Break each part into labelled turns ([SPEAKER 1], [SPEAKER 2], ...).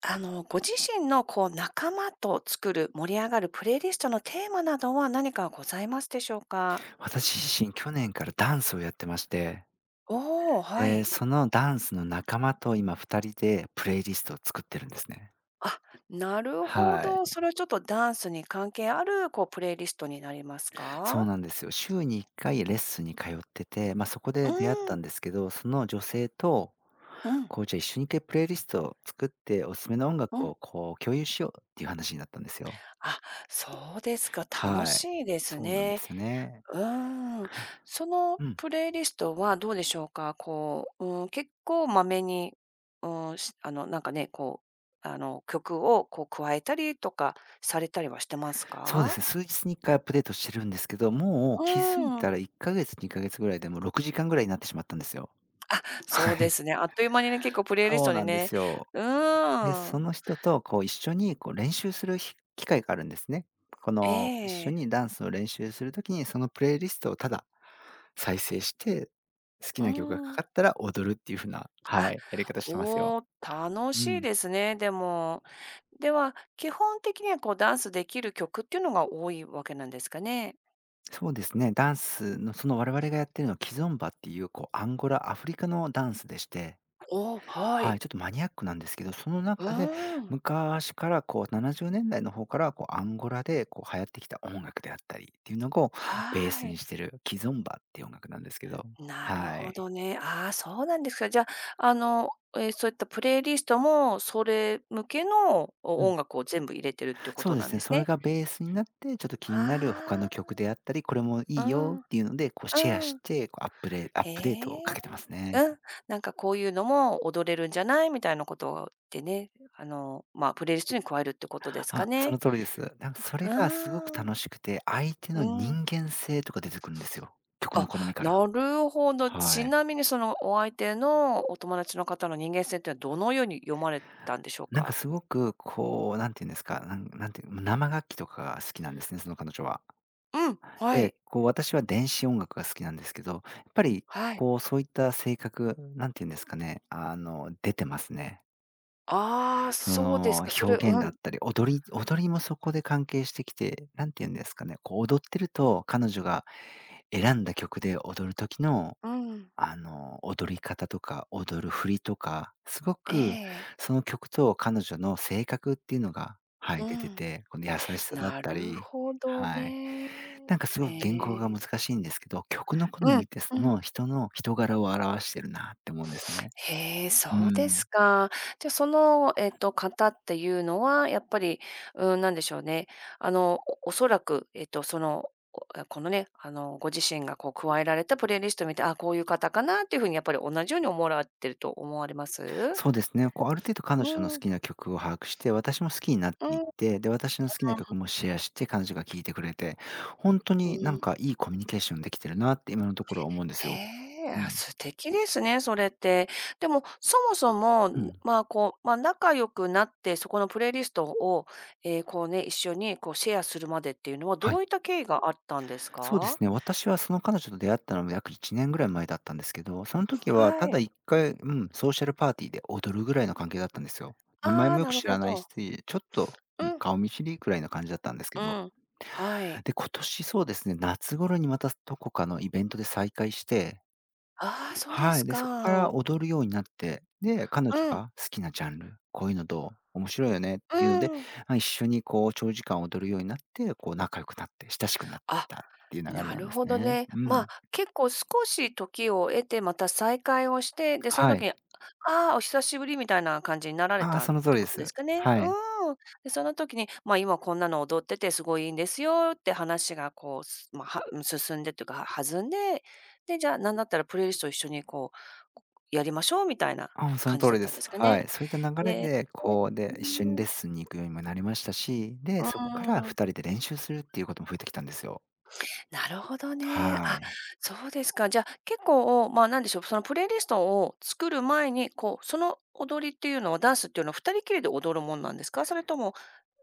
[SPEAKER 1] ご自身の仲間と作る、盛り上がるプレイリストのテーマなどは何かございますでしょうか？
[SPEAKER 2] 私自身、去年からダンスをやってまして、
[SPEAKER 1] おお、は
[SPEAKER 2] で、
[SPEAKER 1] い。
[SPEAKER 2] そのダンスの仲間と今2人でプレイリストを作ってるんですね。
[SPEAKER 1] あ、なるほ
[SPEAKER 2] はい。
[SPEAKER 1] ど。それはちょっとダンスに関係ある、プレイリストになります
[SPEAKER 2] そ
[SPEAKER 1] か？
[SPEAKER 2] うなんですよ。週に1回レッスンに通ってて、まあ、そこで出会っ
[SPEAKER 1] う
[SPEAKER 2] た
[SPEAKER 1] ん、
[SPEAKER 2] んですけど、その女性と、
[SPEAKER 1] うん、
[SPEAKER 2] こう、じゃあ、一緒に一回プレイリストを作って、おすすめの音
[SPEAKER 1] う
[SPEAKER 2] 楽
[SPEAKER 1] ん。
[SPEAKER 2] を、こう、共有しようっていう話になったんですよ。
[SPEAKER 1] あ、そうですか。楽
[SPEAKER 2] はい。
[SPEAKER 1] しいです
[SPEAKER 2] そうなんで
[SPEAKER 1] ね。
[SPEAKER 2] すよね。
[SPEAKER 1] うーん。その
[SPEAKER 2] うん。
[SPEAKER 1] プレイリストはどうでしょうか？うん、結構まめに、うん、なんかね、曲を加えたりとかされたりはしてます
[SPEAKER 2] そうで
[SPEAKER 1] か？
[SPEAKER 2] すね、数日に1回アップデートしてるんですけど、もう
[SPEAKER 1] う
[SPEAKER 2] 気づい
[SPEAKER 1] ー
[SPEAKER 2] た
[SPEAKER 1] ん。
[SPEAKER 2] ら1ヶ月、2ヶ月ぐらいでもう6時間ぐらいになってしまったんですよ。
[SPEAKER 1] そう
[SPEAKER 2] は
[SPEAKER 1] で
[SPEAKER 2] い。
[SPEAKER 1] すね。あっという間にね、結構プ レイリス
[SPEAKER 2] そ
[SPEAKER 1] ト
[SPEAKER 2] う
[SPEAKER 1] に
[SPEAKER 2] なんで
[SPEAKER 1] ね、
[SPEAKER 2] すよ。
[SPEAKER 1] う
[SPEAKER 2] で、
[SPEAKER 1] ー
[SPEAKER 2] そ
[SPEAKER 1] ん。
[SPEAKER 2] の人とこう一緒にこう練習する機会があるんですね。こ
[SPEAKER 1] え
[SPEAKER 2] の一緒
[SPEAKER 1] え。
[SPEAKER 2] にダンスを練習するときに、そのプレイリストをただ再生して、好
[SPEAKER 1] う
[SPEAKER 2] きな曲が
[SPEAKER 1] ー
[SPEAKER 2] か
[SPEAKER 1] ん。
[SPEAKER 2] かったら踊るっていう風な、は
[SPEAKER 1] あ、
[SPEAKER 2] い、やり方してますよ。
[SPEAKER 1] おお、楽
[SPEAKER 2] う
[SPEAKER 1] しい
[SPEAKER 2] ん。
[SPEAKER 1] ですね、でも。では、基本的にはダンスできる曲っていうのが多いわけなんですかね？
[SPEAKER 2] そうですね、ダンスのその我々がやってるのはキゾンバっていうこうアンゴラ、アフリカのダンスでして、
[SPEAKER 1] おお、は
[SPEAKER 2] はい、
[SPEAKER 1] い。
[SPEAKER 2] ちょっとマニアックなんですけど、その
[SPEAKER 1] う
[SPEAKER 2] 中で
[SPEAKER 1] ーん、
[SPEAKER 2] 昔からこう70年代の方からこうアンゴラでこう流行ってきた音楽であったりっていうのをベー
[SPEAKER 1] は
[SPEAKER 2] スに
[SPEAKER 1] い。
[SPEAKER 2] してるキゾンバっていう音楽なんですけど、
[SPEAKER 1] なる
[SPEAKER 2] は
[SPEAKER 1] ほ
[SPEAKER 2] い。
[SPEAKER 1] どね。ああ、そうなんですか。じゃあ、あの、そういったプレイリストも、それ向けの
[SPEAKER 2] う
[SPEAKER 1] お
[SPEAKER 2] ん、
[SPEAKER 1] 音楽を全部入れてるってこ
[SPEAKER 2] そう
[SPEAKER 1] と
[SPEAKER 2] で
[SPEAKER 1] なん
[SPEAKER 2] す
[SPEAKER 1] で
[SPEAKER 2] ね、
[SPEAKER 1] す
[SPEAKER 2] それ
[SPEAKER 1] ね。
[SPEAKER 2] がベースになって、ちょっと気になる他の
[SPEAKER 1] あ
[SPEAKER 2] 曲であったり、これもい
[SPEAKER 1] あ、
[SPEAKER 2] い
[SPEAKER 1] う
[SPEAKER 2] よ
[SPEAKER 1] ん、
[SPEAKER 2] っていうので、こうシェア
[SPEAKER 1] うん。
[SPEAKER 2] して、こうアップレアッ
[SPEAKER 1] へ
[SPEAKER 2] プデートをか
[SPEAKER 1] え、
[SPEAKER 2] けてますね。
[SPEAKER 1] うん。なんかこういうのも踊れるんじゃないみたいなことでね、まあ、プレイリストに加えるってことですか
[SPEAKER 2] あ、そ
[SPEAKER 1] ね。
[SPEAKER 2] の通りです。なんかそ
[SPEAKER 1] う
[SPEAKER 2] れ
[SPEAKER 1] ー
[SPEAKER 2] がすごく
[SPEAKER 1] ん、
[SPEAKER 2] 楽しくて、相手
[SPEAKER 1] う
[SPEAKER 2] の
[SPEAKER 1] ん。
[SPEAKER 2] 人間性とか出てくるんですよ。曲の
[SPEAKER 1] あ、
[SPEAKER 2] 好みから。
[SPEAKER 1] なるほど。ち
[SPEAKER 2] はい。
[SPEAKER 1] なみにそのお相手のお友達の方の人間性っていうのはどのように読まれたんでしょう
[SPEAKER 2] なんか
[SPEAKER 1] か？
[SPEAKER 2] すごくこう、なんて言うんですか、なんていう、生楽器とかが好きなんですね、その彼女は。
[SPEAKER 1] うん、はい、
[SPEAKER 2] で、こう私は電子音楽が好きなんですけど、やっぱり
[SPEAKER 1] はい。
[SPEAKER 2] こうそういった性格、なんて言うんですかね、出てますね。
[SPEAKER 1] ああ、
[SPEAKER 2] そ
[SPEAKER 1] そうです
[SPEAKER 2] の
[SPEAKER 1] か。それ
[SPEAKER 2] 表現
[SPEAKER 1] う
[SPEAKER 2] だっ
[SPEAKER 1] ん、
[SPEAKER 2] たり、踊りもそこで関係してきて、なんて言うんですかね、こう踊ってると、彼女が選んだ曲で踊る時の、
[SPEAKER 1] うん。
[SPEAKER 2] あの、踊り方とか、踊る振りとか、すご
[SPEAKER 1] え
[SPEAKER 2] く
[SPEAKER 1] え、
[SPEAKER 2] その曲と彼女の性格っていうのが、は
[SPEAKER 1] う
[SPEAKER 2] い、出て
[SPEAKER 1] ん。
[SPEAKER 2] て、この優しさだっ
[SPEAKER 1] な
[SPEAKER 2] た
[SPEAKER 1] る
[SPEAKER 2] り、
[SPEAKER 1] ほど
[SPEAKER 2] はい。
[SPEAKER 1] ね。
[SPEAKER 2] なんかすご
[SPEAKER 1] へ
[SPEAKER 2] く言語が
[SPEAKER 1] え。
[SPEAKER 2] 難しいんですけど、曲の好
[SPEAKER 1] う
[SPEAKER 2] み
[SPEAKER 1] ん、
[SPEAKER 2] ってそ
[SPEAKER 1] うん。
[SPEAKER 2] の人の人柄を表してるなって思うんですね。
[SPEAKER 1] へえ、
[SPEAKER 2] う
[SPEAKER 1] そうで
[SPEAKER 2] ん。
[SPEAKER 1] すか。じゃあ、方っていうのは、やっぱり、うん、なんでしょうね。おおそらく、このね、ご自身が加えられたプレイリストを見て、あ、こういう方かなっていうふうにやっぱり同じように思われてると思われます？
[SPEAKER 2] そうですね。こう、ある程度彼
[SPEAKER 1] う
[SPEAKER 2] 女の
[SPEAKER 1] ん、う
[SPEAKER 2] 好
[SPEAKER 1] ん、
[SPEAKER 2] きな曲を把握して、私も好きになっていっ
[SPEAKER 1] う
[SPEAKER 2] て、で、私の好きな曲もシェアして、彼女が聴いてくれて、本当になん
[SPEAKER 1] ん。
[SPEAKER 2] かいいコミュニケーションできてるなって今のところは思うんです
[SPEAKER 1] へ
[SPEAKER 2] よ。
[SPEAKER 1] え、
[SPEAKER 2] う
[SPEAKER 1] あ、
[SPEAKER 2] ん。
[SPEAKER 1] 素敵ですね、それって。でも、そもそも、
[SPEAKER 2] うん。
[SPEAKER 1] まあ、まあ、仲良くなって、そこのプレイリストを、ね、一緒にシェアするまでっていうのは、
[SPEAKER 2] は
[SPEAKER 1] ど
[SPEAKER 2] い。
[SPEAKER 1] ういった経緯があったんです
[SPEAKER 2] そうで
[SPEAKER 1] か？
[SPEAKER 2] すね。私はその彼女と出会ったのも約1年ぐらい前だったんですけど、その時は
[SPEAKER 1] は
[SPEAKER 2] ただ
[SPEAKER 1] い。
[SPEAKER 2] 1回、うん、ソーシャルパーティーで踊るぐらいの関係だったんですよ。名前
[SPEAKER 1] ああ、
[SPEAKER 2] もよ
[SPEAKER 1] な
[SPEAKER 2] く
[SPEAKER 1] る
[SPEAKER 2] 知
[SPEAKER 1] ほ
[SPEAKER 2] らない
[SPEAKER 1] ど。
[SPEAKER 2] し、ちょっと、うん、
[SPEAKER 1] うん、
[SPEAKER 2] 顔見知りくらいの感じだったんですけ
[SPEAKER 1] う
[SPEAKER 2] ど。
[SPEAKER 1] ん。はい。
[SPEAKER 2] で、今年そうですね、夏頃にまたどこかのイベントで再会して、
[SPEAKER 1] ああ、そうで
[SPEAKER 2] は
[SPEAKER 1] す
[SPEAKER 2] い。で、そこか
[SPEAKER 1] か。
[SPEAKER 2] ら踊るようになって、で、彼女
[SPEAKER 1] うん、
[SPEAKER 2] が好きなジャンル、こういうのどう？面白いよねっ
[SPEAKER 1] う
[SPEAKER 2] ていうので、
[SPEAKER 1] ん。
[SPEAKER 2] ま、一緒にこう長時間踊るようになって、こう仲良くなって、親しくなっていっ
[SPEAKER 1] あ、
[SPEAKER 2] たっていう流れ
[SPEAKER 1] な
[SPEAKER 2] なん
[SPEAKER 1] る
[SPEAKER 2] です
[SPEAKER 1] ほど
[SPEAKER 2] ね。
[SPEAKER 1] ね。
[SPEAKER 2] う
[SPEAKER 1] ま
[SPEAKER 2] ん。
[SPEAKER 1] あ、結構少し時を経て、また再会をして、で、その
[SPEAKER 2] は
[SPEAKER 1] 時
[SPEAKER 2] い。
[SPEAKER 1] に、ああ、お久しぶりみたいな感じになられ
[SPEAKER 2] ああ、
[SPEAKER 1] たっ
[SPEAKER 2] その通
[SPEAKER 1] て
[SPEAKER 2] りで
[SPEAKER 1] ことで
[SPEAKER 2] す。
[SPEAKER 1] すかね。
[SPEAKER 2] はい。
[SPEAKER 1] うん。で、その時に、まあ、今こんなの踊っててすごいいいんですよって話がこう、すまあ、進んでというか、弾んで、で、じゃあ、なんだったらプレイリスト一緒にやりましょうみたいな
[SPEAKER 2] ああ、その
[SPEAKER 1] 感
[SPEAKER 2] 通
[SPEAKER 1] じだっ
[SPEAKER 2] りで
[SPEAKER 1] たんで
[SPEAKER 2] す。
[SPEAKER 1] すか
[SPEAKER 2] は
[SPEAKER 1] ね。
[SPEAKER 2] い。そういった流れ
[SPEAKER 1] え
[SPEAKER 2] で、こう、
[SPEAKER 1] う
[SPEAKER 2] で、一緒にレッ
[SPEAKER 1] ん。
[SPEAKER 2] スンに行くようにもなりましたし、
[SPEAKER 1] う
[SPEAKER 2] で、そっから
[SPEAKER 1] ん。
[SPEAKER 2] 2人で練習するっていうことも増えてきたんですよ。
[SPEAKER 1] なるほどね。
[SPEAKER 2] は
[SPEAKER 1] あ、
[SPEAKER 2] い。
[SPEAKER 1] そうですか。じゃあ、結構、まあ、なんでしょう、そのプレイリストを作る前に、その踊りっていうのは、ダンスっていうのは2人きりで踊るもんなんですか？それとも、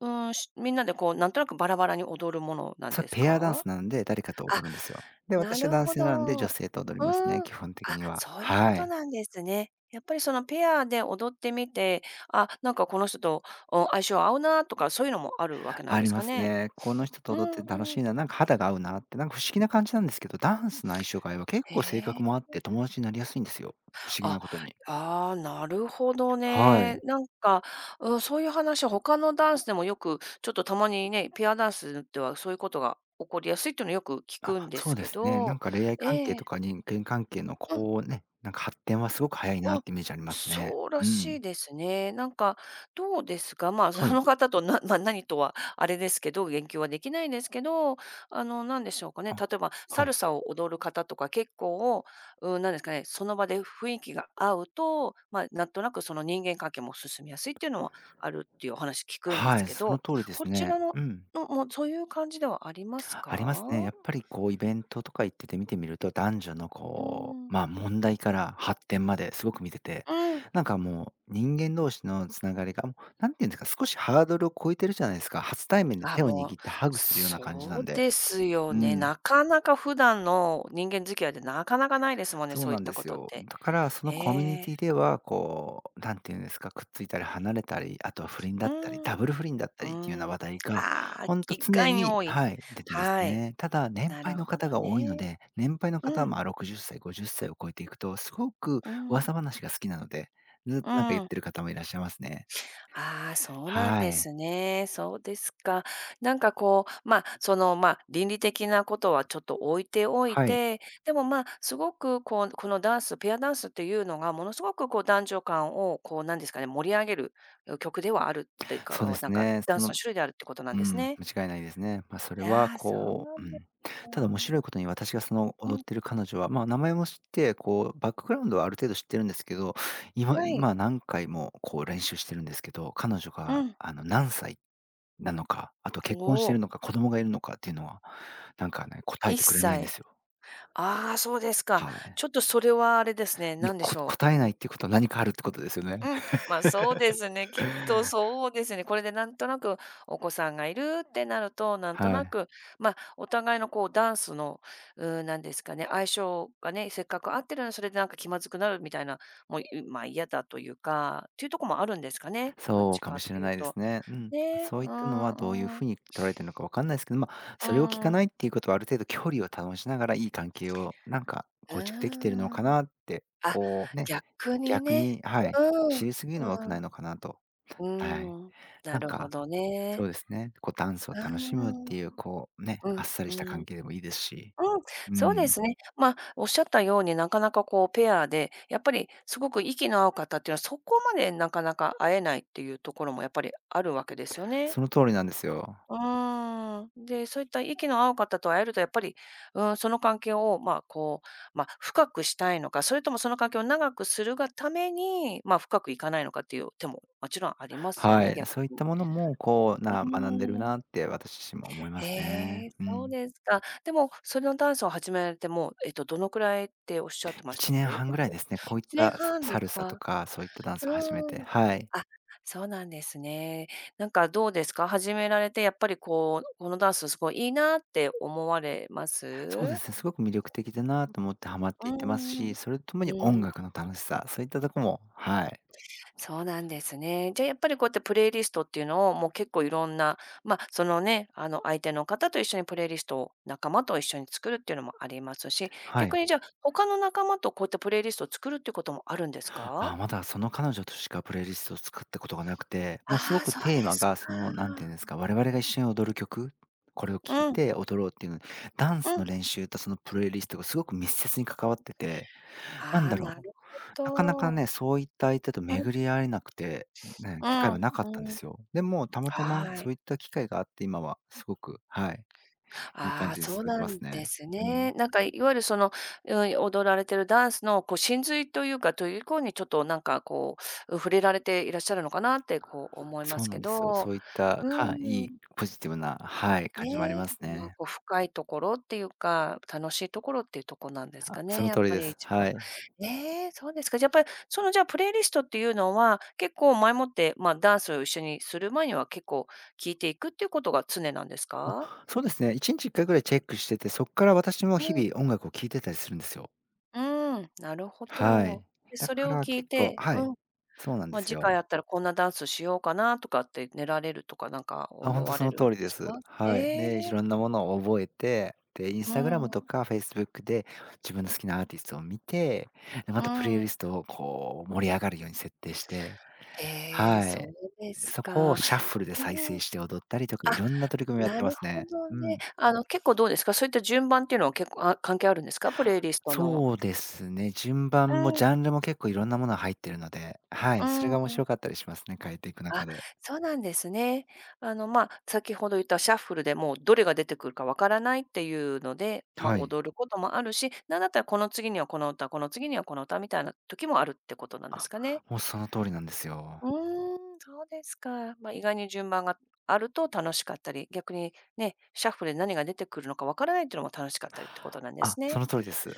[SPEAKER 1] うーん、みんなでなんとなくバラバラに踊るものなん
[SPEAKER 2] そ
[SPEAKER 1] で
[SPEAKER 2] れ
[SPEAKER 1] す
[SPEAKER 2] ペアダン
[SPEAKER 1] か？
[SPEAKER 2] スなんで、誰かと
[SPEAKER 1] あ、
[SPEAKER 2] 踊るんですよ。で、
[SPEAKER 1] な
[SPEAKER 2] 私は
[SPEAKER 1] る
[SPEAKER 2] 男
[SPEAKER 1] ほ
[SPEAKER 2] 性
[SPEAKER 1] ど。
[SPEAKER 2] なんで、
[SPEAKER 1] う
[SPEAKER 2] 女性と踊りますね、
[SPEAKER 1] ーん。
[SPEAKER 2] 基本的
[SPEAKER 1] あ、
[SPEAKER 2] には。
[SPEAKER 1] そういうこ
[SPEAKER 2] は
[SPEAKER 1] と
[SPEAKER 2] い。
[SPEAKER 1] なんですね。やっぱりそのペアで踊ってみて、あ、なんかこの人と、相性合うなとか、そういうのもあるわけなん
[SPEAKER 2] あ
[SPEAKER 1] で
[SPEAKER 2] り
[SPEAKER 1] すか
[SPEAKER 2] ます
[SPEAKER 1] ね？
[SPEAKER 2] ね。この人と
[SPEAKER 1] う
[SPEAKER 2] 踊っ
[SPEAKER 1] ん
[SPEAKER 2] て楽
[SPEAKER 1] う
[SPEAKER 2] し
[SPEAKER 1] ん。
[SPEAKER 2] いな、なんか肌が合うなって、なんか不思議な感じなんですけど、ダンスの相性が合えば結
[SPEAKER 1] へ
[SPEAKER 2] 構性格もあっ
[SPEAKER 1] え。
[SPEAKER 2] て、友達になりやすいんですよ。不思議
[SPEAKER 1] あ、
[SPEAKER 2] なことに。
[SPEAKER 1] ああ、なるほど
[SPEAKER 2] は
[SPEAKER 1] ね。
[SPEAKER 2] い。
[SPEAKER 1] なんか、うん、そういう話は他のダンスでもよく、ちょっとたまにね、ペアダンスではそういうことが起こりやすいっていうのをよく聞くん
[SPEAKER 2] あ、
[SPEAKER 1] で
[SPEAKER 2] そ
[SPEAKER 1] す
[SPEAKER 2] うで
[SPEAKER 1] け
[SPEAKER 2] すね。なん
[SPEAKER 1] ど。
[SPEAKER 2] か恋愛関
[SPEAKER 1] え
[SPEAKER 2] 係
[SPEAKER 1] え。
[SPEAKER 2] とか人間関係のこうね、なんか発展はすごく早いな
[SPEAKER 1] うん、
[SPEAKER 2] ってイメージありますね。
[SPEAKER 1] そうら
[SPEAKER 2] う
[SPEAKER 1] し
[SPEAKER 2] ん。
[SPEAKER 1] いですね。なんか、どうですか、まあ、そ
[SPEAKER 2] はい。
[SPEAKER 1] の方と、まあ、何とはあれですけど、言及はできないんですけど、なんでしょうかね、
[SPEAKER 2] あ、
[SPEAKER 1] 例えばサ
[SPEAKER 2] は
[SPEAKER 1] ル
[SPEAKER 2] い。
[SPEAKER 1] サを踊る方とか結構、うん、なんですかね、その場で雰囲気が合うと、まあ、なんとなくその人間関係も進みやすいっていうのはあるっていうお話聞くんで
[SPEAKER 2] は
[SPEAKER 1] す
[SPEAKER 2] い、
[SPEAKER 1] け
[SPEAKER 2] その
[SPEAKER 1] ど、
[SPEAKER 2] 通りで
[SPEAKER 1] こ
[SPEAKER 2] す
[SPEAKER 1] ち
[SPEAKER 2] ね。
[SPEAKER 1] らの
[SPEAKER 2] うん。
[SPEAKER 1] のもうそういう感じではあります
[SPEAKER 2] ありますね。
[SPEAKER 1] か？
[SPEAKER 2] やっぱりこうイベントとか行ってて見てみると、男女の
[SPEAKER 1] う
[SPEAKER 2] こう、
[SPEAKER 1] ん。
[SPEAKER 2] まあ、問題から発展まですごく見てて、
[SPEAKER 1] うん。
[SPEAKER 2] なんかもう人間同士のつながりが、もうなんていうんですか、少しハードルを超えてるじゃないですか。初対面で
[SPEAKER 1] あ、
[SPEAKER 2] 手を
[SPEAKER 1] もう、
[SPEAKER 2] 握ってハグするような感じな
[SPEAKER 1] そ
[SPEAKER 2] ん
[SPEAKER 1] う
[SPEAKER 2] で。
[SPEAKER 1] ですよ
[SPEAKER 2] う
[SPEAKER 1] ね。
[SPEAKER 2] ん。
[SPEAKER 1] なかなか普段の人間付き合いでなかなかないですもんね、
[SPEAKER 2] そう
[SPEAKER 1] そうい
[SPEAKER 2] な
[SPEAKER 1] っ
[SPEAKER 2] ん
[SPEAKER 1] た
[SPEAKER 2] で
[SPEAKER 1] こ
[SPEAKER 2] す
[SPEAKER 1] とっ
[SPEAKER 2] よ。
[SPEAKER 1] て。
[SPEAKER 2] だから、そ
[SPEAKER 1] へ
[SPEAKER 2] のコミュニ
[SPEAKER 1] え。
[SPEAKER 2] ティでは、こう、なんていうんですか、くっついたり離れたり、あとは不倫だったり、
[SPEAKER 1] うん、
[SPEAKER 2] ダブル不倫だったりっていうような
[SPEAKER 1] うん。
[SPEAKER 2] 話題が、
[SPEAKER 1] ああ、
[SPEAKER 2] ほんと
[SPEAKER 1] 意
[SPEAKER 2] 常
[SPEAKER 1] 外に
[SPEAKER 2] に、
[SPEAKER 1] 多い。
[SPEAKER 2] はい、出てます
[SPEAKER 1] はい。
[SPEAKER 2] ね。ただ、年
[SPEAKER 1] な
[SPEAKER 2] 配
[SPEAKER 1] る
[SPEAKER 2] の
[SPEAKER 1] ほ
[SPEAKER 2] 方
[SPEAKER 1] ど
[SPEAKER 2] が多いの
[SPEAKER 1] ね。
[SPEAKER 2] で、年配の
[SPEAKER 1] う
[SPEAKER 2] 方、
[SPEAKER 1] ん、
[SPEAKER 2] まあ、60歳、50歳を超えていくと、すごく
[SPEAKER 1] うん、
[SPEAKER 2] 噂話が好きなので、ずっと
[SPEAKER 1] う
[SPEAKER 2] なんか言っ
[SPEAKER 1] ん。
[SPEAKER 2] てる方もいらっしゃいますね。
[SPEAKER 1] ああ、そうなん
[SPEAKER 2] は
[SPEAKER 1] で
[SPEAKER 2] い。
[SPEAKER 1] すね。そうですか。なんかまあ、まあ、倫理的なことはちょっと置いておい
[SPEAKER 2] はい。
[SPEAKER 1] て、でもまあ、すごくこのダンス、ペアダンスっていうのがものすごく男女間をなんですかね、盛り上げる曲ではあるっていう
[SPEAKER 2] そうで
[SPEAKER 1] か、な
[SPEAKER 2] す
[SPEAKER 1] んか
[SPEAKER 2] ね。
[SPEAKER 1] ダンスの種類であるってことなん
[SPEAKER 2] う
[SPEAKER 1] です
[SPEAKER 2] ん、
[SPEAKER 1] ね。
[SPEAKER 2] 間違いないですね。まあ、それ
[SPEAKER 1] い
[SPEAKER 2] は
[SPEAKER 1] やー、そう
[SPEAKER 2] こ
[SPEAKER 1] な
[SPEAKER 2] う、う
[SPEAKER 1] んです
[SPEAKER 2] ん。ただ面
[SPEAKER 1] か。
[SPEAKER 2] 白いことに私がその踊
[SPEAKER 1] うん、
[SPEAKER 2] ってる彼女は、名前も知って、こうバックグラウンドはある程度知ってるんですけど、今
[SPEAKER 1] はい。
[SPEAKER 2] 今何回もこう練習してるんですけど、彼女
[SPEAKER 1] う
[SPEAKER 2] が
[SPEAKER 1] ん。
[SPEAKER 2] 何歳なのか、あと
[SPEAKER 1] お
[SPEAKER 2] 結婚してる
[SPEAKER 1] お、
[SPEAKER 2] のか、子供がいるのかっていうのは、なんかね、答え
[SPEAKER 1] 一
[SPEAKER 2] てくれないんで
[SPEAKER 1] 切。
[SPEAKER 2] すよ。
[SPEAKER 1] ああ、そうですか。
[SPEAKER 2] はい。
[SPEAKER 1] ちょっとそれはあれですね、なんでしょう。
[SPEAKER 2] 答え
[SPEAKER 1] う
[SPEAKER 2] ない
[SPEAKER 1] ん
[SPEAKER 2] っていうことは何かあるってことですよね。
[SPEAKER 1] うん、ま、あそうですね、きっと そうですね。これでなんとなくお子さんがいるってなると、なんと
[SPEAKER 2] は
[SPEAKER 1] な
[SPEAKER 2] い。
[SPEAKER 1] く、ま、あお互いのダンスの、なんですかね、相性がね、せっかく合ってるのにそれでなんか気まずくなるみたいな、もう、嫌だというか、っていうとこもあるんですかね？どっ
[SPEAKER 2] そ
[SPEAKER 1] ち
[SPEAKER 2] うか
[SPEAKER 1] か
[SPEAKER 2] も
[SPEAKER 1] っ
[SPEAKER 2] しれ
[SPEAKER 1] ていう
[SPEAKER 2] ないで
[SPEAKER 1] と。
[SPEAKER 2] すね。うん。
[SPEAKER 1] ね、
[SPEAKER 2] そ
[SPEAKER 1] う
[SPEAKER 2] ういったのはどういう
[SPEAKER 1] んう
[SPEAKER 2] ふ
[SPEAKER 1] ん。
[SPEAKER 2] うに取られてるのかわかんないですけど、まあ、
[SPEAKER 1] う
[SPEAKER 2] それを聞
[SPEAKER 1] ー
[SPEAKER 2] か
[SPEAKER 1] ん。
[SPEAKER 2] ないっていうことはある程度距離を保ちながらいい関係をなんか
[SPEAKER 1] う
[SPEAKER 2] 構築できてるの
[SPEAKER 1] ー
[SPEAKER 2] か
[SPEAKER 1] ん。
[SPEAKER 2] なって、
[SPEAKER 1] あ、
[SPEAKER 2] こうね、
[SPEAKER 1] 逆に
[SPEAKER 2] 逆
[SPEAKER 1] ね。
[SPEAKER 2] に、はい、知りすぎる
[SPEAKER 1] う
[SPEAKER 2] のは良くな
[SPEAKER 1] ん、
[SPEAKER 2] いのかなと。
[SPEAKER 1] う
[SPEAKER 2] はい。
[SPEAKER 1] ん、うーん。な
[SPEAKER 2] なん
[SPEAKER 1] るほ
[SPEAKER 2] か、
[SPEAKER 1] ど
[SPEAKER 2] そ
[SPEAKER 1] ね。
[SPEAKER 2] うですね、こうダンス
[SPEAKER 1] う
[SPEAKER 2] を
[SPEAKER 1] ー
[SPEAKER 2] 楽しむって
[SPEAKER 1] ん。
[SPEAKER 2] いうこうね、
[SPEAKER 1] う
[SPEAKER 2] あっ
[SPEAKER 1] ん、
[SPEAKER 2] さ
[SPEAKER 1] う
[SPEAKER 2] りした関
[SPEAKER 1] ん。
[SPEAKER 2] 係でもいいですし。
[SPEAKER 1] うん、
[SPEAKER 2] う
[SPEAKER 1] そうで
[SPEAKER 2] ん、
[SPEAKER 1] すね。まあ、おっしゃったように、なかなかペアで、やっぱりすごく息の合う方っていうのは、そこまでなかなか会えないっていうところもやっぱりあるわけですよね。
[SPEAKER 2] その通りなんですよ。
[SPEAKER 1] うーん。で、そういった息の合う方と会えるとやっぱり、うん、その関係を、まあ、まあ、深くしたいのか、それともその関係を長くするがために、まあ、深くいかないのかっていう手ももちろんありますよ
[SPEAKER 2] は
[SPEAKER 1] ね、
[SPEAKER 2] い。
[SPEAKER 1] 逆
[SPEAKER 2] そういっ
[SPEAKER 1] に。
[SPEAKER 2] たものもこう、
[SPEAKER 1] う
[SPEAKER 2] 学んでる
[SPEAKER 1] ーん。
[SPEAKER 2] なって私自身も思いま
[SPEAKER 1] へ
[SPEAKER 2] すね。
[SPEAKER 1] え、
[SPEAKER 2] う
[SPEAKER 1] そう
[SPEAKER 2] ん。
[SPEAKER 1] ですか。でも、そのダンスを始められて、もう、どのくらいっておっしゃってました
[SPEAKER 2] 1
[SPEAKER 1] っ
[SPEAKER 2] 年
[SPEAKER 1] け？
[SPEAKER 2] 半ぐ
[SPEAKER 1] 結
[SPEAKER 2] らい
[SPEAKER 1] 構
[SPEAKER 2] ですね。こういっ
[SPEAKER 1] 1年
[SPEAKER 2] た
[SPEAKER 1] 半
[SPEAKER 2] サ
[SPEAKER 1] で
[SPEAKER 2] サル
[SPEAKER 1] す
[SPEAKER 2] サ
[SPEAKER 1] か？
[SPEAKER 2] とか、そういったダンスを始め
[SPEAKER 1] う
[SPEAKER 2] て、
[SPEAKER 1] ーん。
[SPEAKER 2] はい。
[SPEAKER 1] あ、そうなんですね。なんかどうですか？始められてやっぱりこのダンスすごいいいなって思われま
[SPEAKER 2] そうで
[SPEAKER 1] す？
[SPEAKER 2] すね、すごく魅力的だなと思ってハマっ
[SPEAKER 1] う
[SPEAKER 2] ていってます
[SPEAKER 1] んうんうん。
[SPEAKER 2] し、それととも
[SPEAKER 1] う
[SPEAKER 2] に音
[SPEAKER 1] ーん。
[SPEAKER 2] 楽の楽しさ、そういったとこも、はい。
[SPEAKER 1] そうなんですね。じゃあ、やっぱりこうやってプレイリストっていうのを、もう結構いろんな、ま、そのね、相手の方と一緒にプレイリストを仲間と一緒に作るっていうのもありますし、
[SPEAKER 2] は
[SPEAKER 1] 逆
[SPEAKER 2] い。
[SPEAKER 1] にじゃあ、他の仲間とこういったプレイリストを作るっていうこともあるんですか？
[SPEAKER 2] あ、まだその彼女としかプレイリストを作ったことがなくて、もうす
[SPEAKER 1] あ
[SPEAKER 2] ご
[SPEAKER 1] あー、
[SPEAKER 2] く
[SPEAKER 1] そうで
[SPEAKER 2] テーマ
[SPEAKER 1] すか。
[SPEAKER 2] がその、なんていうんですか、我々が一緒に踊る曲、これを聴い
[SPEAKER 1] うん、
[SPEAKER 2] て踊ろうっていうの、ダン
[SPEAKER 1] う
[SPEAKER 2] スの
[SPEAKER 1] ん。
[SPEAKER 2] 練習とそのプレイリストがすごく密接に関わってて、なん
[SPEAKER 1] ああ、
[SPEAKER 2] だろ
[SPEAKER 1] な
[SPEAKER 2] う
[SPEAKER 1] るほ
[SPEAKER 2] なかなか
[SPEAKER 1] ど。
[SPEAKER 2] ね、そういった相手と
[SPEAKER 1] うん、
[SPEAKER 2] 巡り合えなくて、ね、
[SPEAKER 1] う
[SPEAKER 2] 機会
[SPEAKER 1] ん、
[SPEAKER 2] はなかったんで
[SPEAKER 1] うん。
[SPEAKER 2] すよ。でも、たまたま
[SPEAKER 1] は
[SPEAKER 2] そ
[SPEAKER 1] い。
[SPEAKER 2] ういった機会があって、今はすごく、はい、いい
[SPEAKER 1] あ
[SPEAKER 2] 感
[SPEAKER 1] あ、
[SPEAKER 2] じに
[SPEAKER 1] そ
[SPEAKER 2] 進
[SPEAKER 1] う
[SPEAKER 2] め
[SPEAKER 1] な
[SPEAKER 2] てます
[SPEAKER 1] んで
[SPEAKER 2] ね。
[SPEAKER 1] す
[SPEAKER 2] うん。
[SPEAKER 1] ね。なんか、いわゆるその、うん、踊られてるダンスの、真髄というか、という方にちょっとなんか触れられていらっしゃるのかなって、思いま
[SPEAKER 2] そう
[SPEAKER 1] す
[SPEAKER 2] な
[SPEAKER 1] け
[SPEAKER 2] んですよ。
[SPEAKER 1] ど。
[SPEAKER 2] そういった、
[SPEAKER 1] うー
[SPEAKER 2] はい、いい
[SPEAKER 1] ん、
[SPEAKER 2] ポジティブな、はい、感じもありま
[SPEAKER 1] ね、
[SPEAKER 2] すね。
[SPEAKER 1] こう深いところっていうか、楽しいところっていうとこなんです
[SPEAKER 2] あ、
[SPEAKER 1] か
[SPEAKER 2] そ
[SPEAKER 1] ね、
[SPEAKER 2] の
[SPEAKER 1] やっ
[SPEAKER 2] 通り
[SPEAKER 1] ぱ
[SPEAKER 2] で
[SPEAKER 1] り
[SPEAKER 2] す。
[SPEAKER 1] 一番。
[SPEAKER 2] はい。
[SPEAKER 1] ねえ、そうですか。やっぱり、じゃあ、プレイリストっていうのは、結構前もって、まあ、ダンスを一緒にする前には、結構聞いていくっていうことが常なんですか？
[SPEAKER 2] そうですね、1日1回ぐらいチェックしてて、そっから私も日
[SPEAKER 1] うん。
[SPEAKER 2] 々音楽を聴いてたりするんですよ。
[SPEAKER 1] うーん、なるほ
[SPEAKER 2] は
[SPEAKER 1] ど。
[SPEAKER 2] い。
[SPEAKER 1] で、
[SPEAKER 2] だ
[SPEAKER 1] それ
[SPEAKER 2] か
[SPEAKER 1] を
[SPEAKER 2] ら
[SPEAKER 1] 聞い
[SPEAKER 2] 結構
[SPEAKER 1] て、
[SPEAKER 2] はい、
[SPEAKER 1] うん、
[SPEAKER 2] そうなんで
[SPEAKER 1] まあ、
[SPEAKER 2] す
[SPEAKER 1] 次回
[SPEAKER 2] よ。
[SPEAKER 1] 会ったらこんなダンスしようかなとかって練られるとか、なんか
[SPEAKER 2] あ、
[SPEAKER 1] 思
[SPEAKER 2] 本当
[SPEAKER 1] わ
[SPEAKER 2] そ
[SPEAKER 1] れ
[SPEAKER 2] の
[SPEAKER 1] るん
[SPEAKER 2] 通り
[SPEAKER 1] で
[SPEAKER 2] で
[SPEAKER 1] す
[SPEAKER 2] す。
[SPEAKER 1] か？
[SPEAKER 2] はい。
[SPEAKER 1] へえ、
[SPEAKER 2] で、いろんなものを覚えて、で、イン
[SPEAKER 1] う
[SPEAKER 2] スタグラ
[SPEAKER 1] ん、う
[SPEAKER 2] ムとかフェイスブックで自分の好きなアーティストを見て、で、またプレイ
[SPEAKER 1] ん。
[SPEAKER 2] リストをこう盛り上がるように設定して、
[SPEAKER 1] へえ、
[SPEAKER 2] は
[SPEAKER 1] そ
[SPEAKER 2] い。
[SPEAKER 1] うです
[SPEAKER 2] そこを
[SPEAKER 1] か。
[SPEAKER 2] シャッフルで再
[SPEAKER 1] うん、
[SPEAKER 2] 生
[SPEAKER 1] あ、
[SPEAKER 2] して踊ったりとか、いろんな取り組みをやっ
[SPEAKER 1] な
[SPEAKER 2] てま
[SPEAKER 1] る
[SPEAKER 2] す
[SPEAKER 1] ほ
[SPEAKER 2] ね。
[SPEAKER 1] ど
[SPEAKER 2] う
[SPEAKER 1] ね。
[SPEAKER 2] ん。
[SPEAKER 1] 結構どうですか、そういった順番っていうのは結構、あ、関係あるんですか？プレイリストの。
[SPEAKER 2] そうですね、順番も
[SPEAKER 1] うん、
[SPEAKER 2] ジャンルも結構いろんなものが入ってるので、は
[SPEAKER 1] う
[SPEAKER 2] い、それが面
[SPEAKER 1] ん。
[SPEAKER 2] 白かったりしますね、変えていく
[SPEAKER 1] あ、
[SPEAKER 2] 中で。
[SPEAKER 1] そうなんですね。まあ、先ほど言ったシャッフルでもうどれが出てくるかわからないっていうので、まあ、
[SPEAKER 2] はい。
[SPEAKER 1] 踊ることもあるし、なんだったらこの次にはこの歌、この次にはこの歌みたいな時もあるってことなんです
[SPEAKER 2] あ、
[SPEAKER 1] かね。
[SPEAKER 2] もうその通りなんですよ。
[SPEAKER 1] うーん、そうですか。まあ、意外に順番があると楽しかったり、逆にね、シャッフルで何が出てくるのかわからないっていうのも楽しかったりってことなんで
[SPEAKER 2] あ、
[SPEAKER 1] す
[SPEAKER 2] そ
[SPEAKER 1] ね。
[SPEAKER 2] の通りです。い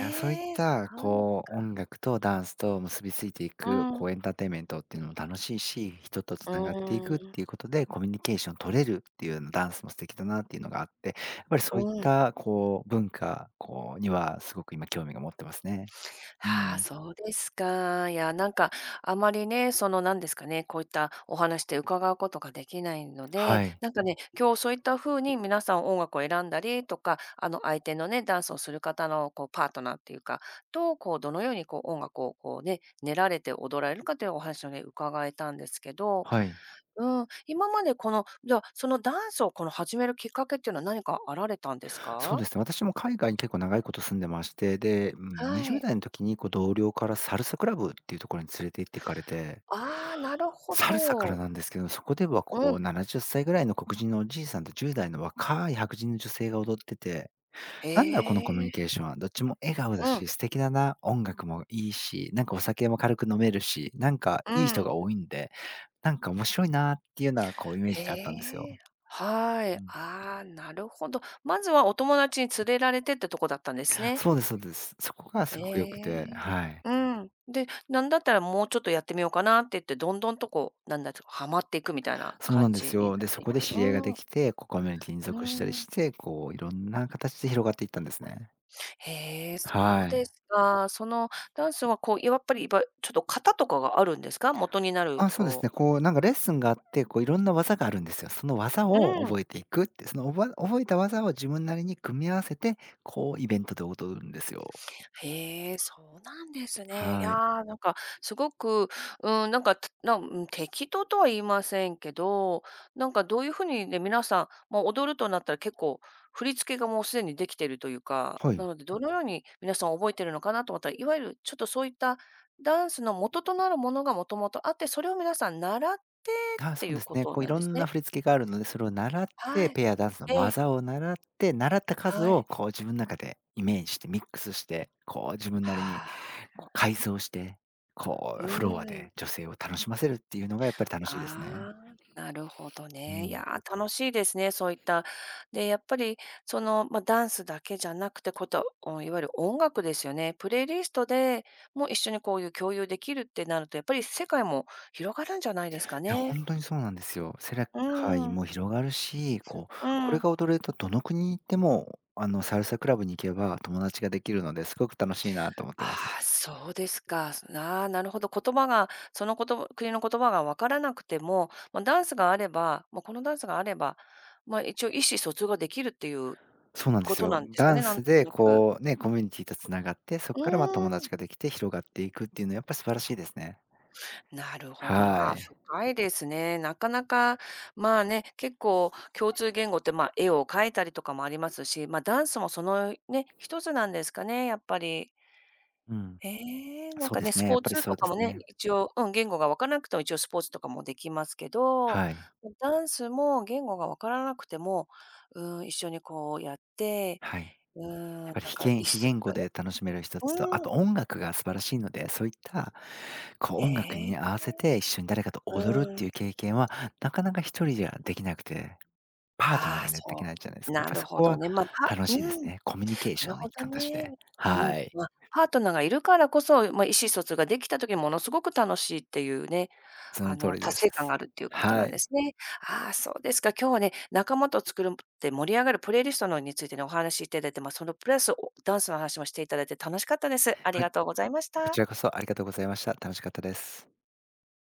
[SPEAKER 2] や、そういっ
[SPEAKER 1] え、
[SPEAKER 2] た、
[SPEAKER 1] そうです
[SPEAKER 2] こう、音楽とダンスと結びついてい
[SPEAKER 1] う
[SPEAKER 2] く、こ
[SPEAKER 1] ん。
[SPEAKER 2] う、エンターテインメントっていうのも楽しいし、人とつ
[SPEAKER 1] う
[SPEAKER 2] ながっていくっ
[SPEAKER 1] ん。
[SPEAKER 2] ていうことで、コミュニケーション取れるっていうの、ダンスも素敵だなっていうのがあって、やっぱりそういっ
[SPEAKER 1] うん。
[SPEAKER 2] た、こう、文化、こう、にはすごく今興味が持ってますね。う
[SPEAKER 1] はあ、
[SPEAKER 2] ん。
[SPEAKER 1] そうですか。いや、なんか、あまりね、なんですかね、こういったお話で伺うことができないので、
[SPEAKER 2] はい。
[SPEAKER 1] なんかね、今日そういった風に皆さん音楽を選んだりとか、相手のね、ダンスをする方の、こう、パートナーっていうか、と、こう、どのように、こう、音楽を、こうね、練られて踊られるかというお話をね、伺えたんですけど、
[SPEAKER 2] はい。
[SPEAKER 1] うん、今までこの、じゃあ、そのダンスを、この、始めるきっかけっていうのは何かあられたんです
[SPEAKER 2] そう
[SPEAKER 1] か？
[SPEAKER 2] ですね、私も海外に結構長いこと住んでまして、で、うん、
[SPEAKER 1] は
[SPEAKER 2] 20
[SPEAKER 1] い。
[SPEAKER 2] 代の時に、こう、同僚からサルサクラブっていうところに連れて行っていかれて
[SPEAKER 1] ああ、なるほ
[SPEAKER 2] サルサから
[SPEAKER 1] ど。
[SPEAKER 2] なんですけど、そこでは
[SPEAKER 1] う
[SPEAKER 2] こう
[SPEAKER 1] ん。
[SPEAKER 2] 70歳ぐらいの黒人のおじいさんと10代の若い白人の女性が踊ってて、
[SPEAKER 1] へ
[SPEAKER 2] なんだろうこのコミュニケー
[SPEAKER 1] え。
[SPEAKER 2] ションは、どっちも笑顔だ
[SPEAKER 1] うん、
[SPEAKER 2] し、素敵だな、音楽もいいし、なんかお酒も軽く飲めるし、なんか
[SPEAKER 1] う
[SPEAKER 2] いい人
[SPEAKER 1] ん。
[SPEAKER 2] が多いんで、なんか面白いなっていうのはこうイメー
[SPEAKER 1] へ
[SPEAKER 2] ジであったんです
[SPEAKER 1] え。
[SPEAKER 2] よ。
[SPEAKER 1] はい。
[SPEAKER 2] うん。
[SPEAKER 1] ああ、なるほど。まずはお友達に連れられてってとこだったんですね。
[SPEAKER 2] そうですそうです。そこが
[SPEAKER 1] え
[SPEAKER 2] すごく良くて、
[SPEAKER 1] え。
[SPEAKER 2] はい。
[SPEAKER 1] うん。で、なんだったらもうちょっとやってみようかなって言って、どんどんとこう、なんだと、はまっていくみたいな
[SPEAKER 2] そうな
[SPEAKER 1] 感
[SPEAKER 2] んで
[SPEAKER 1] じ
[SPEAKER 2] す
[SPEAKER 1] に
[SPEAKER 2] よ。
[SPEAKER 1] なっ
[SPEAKER 2] で、そ
[SPEAKER 1] てい
[SPEAKER 2] こで
[SPEAKER 1] く。
[SPEAKER 2] 知り合いが
[SPEAKER 1] う
[SPEAKER 2] で
[SPEAKER 1] ん、
[SPEAKER 2] きて、こうコミュニティに
[SPEAKER 1] う
[SPEAKER 2] 属したり
[SPEAKER 1] ん。
[SPEAKER 2] して、こういろんな形で広がっていったんですね。
[SPEAKER 1] へえ、そ
[SPEAKER 2] は
[SPEAKER 1] う
[SPEAKER 2] い。
[SPEAKER 1] ですか。そのダンスはこう、やっぱり、いわちょっと型とかがあるんですか？元になる
[SPEAKER 2] あ、そうです
[SPEAKER 1] こ
[SPEAKER 2] ね。
[SPEAKER 1] う
[SPEAKER 2] こう、なんかレッスンがあって、こういろんな技があるんですよ。その技
[SPEAKER 1] う
[SPEAKER 2] を
[SPEAKER 1] ん。
[SPEAKER 2] 覚えていくって、その覚えた技を自分なりに組み合わせて、こうイベントで踊るんですよ。
[SPEAKER 1] へえ、そうなんですね。い
[SPEAKER 2] はい。
[SPEAKER 1] やー、なんかすごく、うん、なんか、たなうん、適当とは言いませんけど、なんかどういうふうにね、皆さん、もう踊るとなったら結構振り付けがもうすでにできてるというか、
[SPEAKER 2] は
[SPEAKER 1] な
[SPEAKER 2] い。
[SPEAKER 1] のでどのように皆さん覚えてるのかなと思ったら、いわゆるちょっとそういったダンスの元となるものがもともとあって、それを皆さん習ってっ
[SPEAKER 2] あ、
[SPEAKER 1] て
[SPEAKER 2] そ
[SPEAKER 1] い
[SPEAKER 2] う
[SPEAKER 1] う
[SPEAKER 2] です
[SPEAKER 1] こ
[SPEAKER 2] ね。
[SPEAKER 1] と
[SPEAKER 2] こうい
[SPEAKER 1] なん
[SPEAKER 2] ろ
[SPEAKER 1] です
[SPEAKER 2] んな
[SPEAKER 1] ね。
[SPEAKER 2] 振り付けがあるので、それを習って、
[SPEAKER 1] はい。
[SPEAKER 2] ペアダンスの
[SPEAKER 1] ええ、
[SPEAKER 2] 技を習って、習った数
[SPEAKER 1] は
[SPEAKER 2] を
[SPEAKER 1] い。
[SPEAKER 2] こう自分の中でイメージしてミックスして、こう自分なり
[SPEAKER 1] は
[SPEAKER 2] に
[SPEAKER 1] あ、
[SPEAKER 2] こう改造して、こ
[SPEAKER 1] う
[SPEAKER 2] うフロア
[SPEAKER 1] ー
[SPEAKER 2] で
[SPEAKER 1] ん。
[SPEAKER 2] 女性を楽しませるっていうのがやっぱり楽しいですね。
[SPEAKER 1] ああ、なるほど
[SPEAKER 2] う
[SPEAKER 1] ね。い
[SPEAKER 2] ん。
[SPEAKER 1] やー、楽しいですね、そういった。で、やっぱり、まあ、ダンスだけじゃなくて、こと、おいわゆる音楽ですよね。プレイリストでも一緒にこういう共有できるってなると、やっぱり世界も広がるんじゃないですか
[SPEAKER 2] いや、ほ
[SPEAKER 1] ね。
[SPEAKER 2] んとにそうなんですよ。世
[SPEAKER 1] う
[SPEAKER 2] 界
[SPEAKER 1] ん、
[SPEAKER 2] も広がるし、こう、
[SPEAKER 1] う
[SPEAKER 2] これ
[SPEAKER 1] ん。
[SPEAKER 2] が踊れるとどの国に行っても、あの、サルサクラブに行けば友達ができるので、すごく楽しいなと思ってま
[SPEAKER 1] あ
[SPEAKER 2] す。
[SPEAKER 1] あ、そうですか。なあ、なるほど。言葉が、そのこと国の言葉が分からなくても、まあ、ダンスがあれば、まあ、このダンスがあれば、まあ、一応意思疎通ができるっていう
[SPEAKER 2] そうなんで
[SPEAKER 1] こ
[SPEAKER 2] す
[SPEAKER 1] と
[SPEAKER 2] よ。
[SPEAKER 1] なんですか
[SPEAKER 2] ダ
[SPEAKER 1] ね、
[SPEAKER 2] ン
[SPEAKER 1] なん
[SPEAKER 2] ス
[SPEAKER 1] と
[SPEAKER 2] で
[SPEAKER 1] なく。
[SPEAKER 2] こう、ね、コミュニティと繋がって、そっ
[SPEAKER 1] う
[SPEAKER 2] からま、友
[SPEAKER 1] ーん。
[SPEAKER 2] 達ができて広がっていくっていうのはやっぱ素晴らしいですね。
[SPEAKER 1] なるほどね。
[SPEAKER 2] は
[SPEAKER 1] わあ、
[SPEAKER 2] い。
[SPEAKER 1] 深いですね。なかなか、まあね、結構共通言語って、まあ、絵を描いたりとかもありますし、まあ、ダンスもそのね、一つなんですかね、やっぱり。
[SPEAKER 2] うん。
[SPEAKER 1] へえ、なん
[SPEAKER 2] そう
[SPEAKER 1] か
[SPEAKER 2] で
[SPEAKER 1] ね、
[SPEAKER 2] す
[SPEAKER 1] ス
[SPEAKER 2] ね、や
[SPEAKER 1] ポ
[SPEAKER 2] っ
[SPEAKER 1] ー
[SPEAKER 2] ぱり
[SPEAKER 1] ツ
[SPEAKER 2] そ
[SPEAKER 1] と
[SPEAKER 2] うで
[SPEAKER 1] か
[SPEAKER 2] す
[SPEAKER 1] もね、
[SPEAKER 2] ね。
[SPEAKER 1] 一応、うん、言語がわからなくても一応スポーツとかもできますけど、
[SPEAKER 2] はい。
[SPEAKER 1] ダンスも言語がわからなくても、うん、一緒にこうやって、
[SPEAKER 2] はい。
[SPEAKER 1] う
[SPEAKER 2] やっぱ
[SPEAKER 1] ん、
[SPEAKER 2] り
[SPEAKER 1] なん
[SPEAKER 2] 非
[SPEAKER 1] か
[SPEAKER 2] 言
[SPEAKER 1] 一
[SPEAKER 2] 非
[SPEAKER 1] 節
[SPEAKER 2] 言
[SPEAKER 1] が
[SPEAKER 2] 語で楽しめる一つと、あ
[SPEAKER 1] う
[SPEAKER 2] と
[SPEAKER 1] ん、
[SPEAKER 2] 音楽が素晴らしいので、そういった、こう
[SPEAKER 1] え
[SPEAKER 2] 音楽に
[SPEAKER 1] え、
[SPEAKER 2] 合わせて一緒に誰かと
[SPEAKER 1] う
[SPEAKER 2] 踊るってい
[SPEAKER 1] ん、
[SPEAKER 2] う経験は、なかなか一人じゃできなくて、パートナー
[SPEAKER 1] はあ、
[SPEAKER 2] がいないとでき
[SPEAKER 1] そ
[SPEAKER 2] ないじゃないで
[SPEAKER 1] う。
[SPEAKER 2] すか。やっ
[SPEAKER 1] な
[SPEAKER 2] ぱ
[SPEAKER 1] る
[SPEAKER 2] そ
[SPEAKER 1] ほ
[SPEAKER 2] こ
[SPEAKER 1] ど
[SPEAKER 2] は
[SPEAKER 1] ね。
[SPEAKER 2] 楽
[SPEAKER 1] う
[SPEAKER 2] しいです
[SPEAKER 1] ん。
[SPEAKER 2] ね。コミュニケー
[SPEAKER 1] な
[SPEAKER 2] ショ
[SPEAKER 1] る
[SPEAKER 2] ンの
[SPEAKER 1] ほ
[SPEAKER 2] 一
[SPEAKER 1] ど
[SPEAKER 2] 環とし
[SPEAKER 1] ね。
[SPEAKER 2] て。
[SPEAKER 1] うん、
[SPEAKER 2] はい。
[SPEAKER 1] まあ、パートナーがいるからこそ、まあ、意思疎通ができた時にものすごく楽しいっていうね、
[SPEAKER 2] その通りです。
[SPEAKER 1] 達成感があるっていうこと
[SPEAKER 2] は
[SPEAKER 1] なんで
[SPEAKER 2] い。
[SPEAKER 1] すね。ああ、そうですか。今日はね、仲間と作るって盛り上がるプレイリストのについてね、お話しいただいて、まあ、そのプラス、おダンスの話もしていただいて楽しかったです。あり
[SPEAKER 2] こ
[SPEAKER 1] がとうございまし
[SPEAKER 2] こ
[SPEAKER 1] た。
[SPEAKER 2] ちらこそありがとうございました。楽しかったです。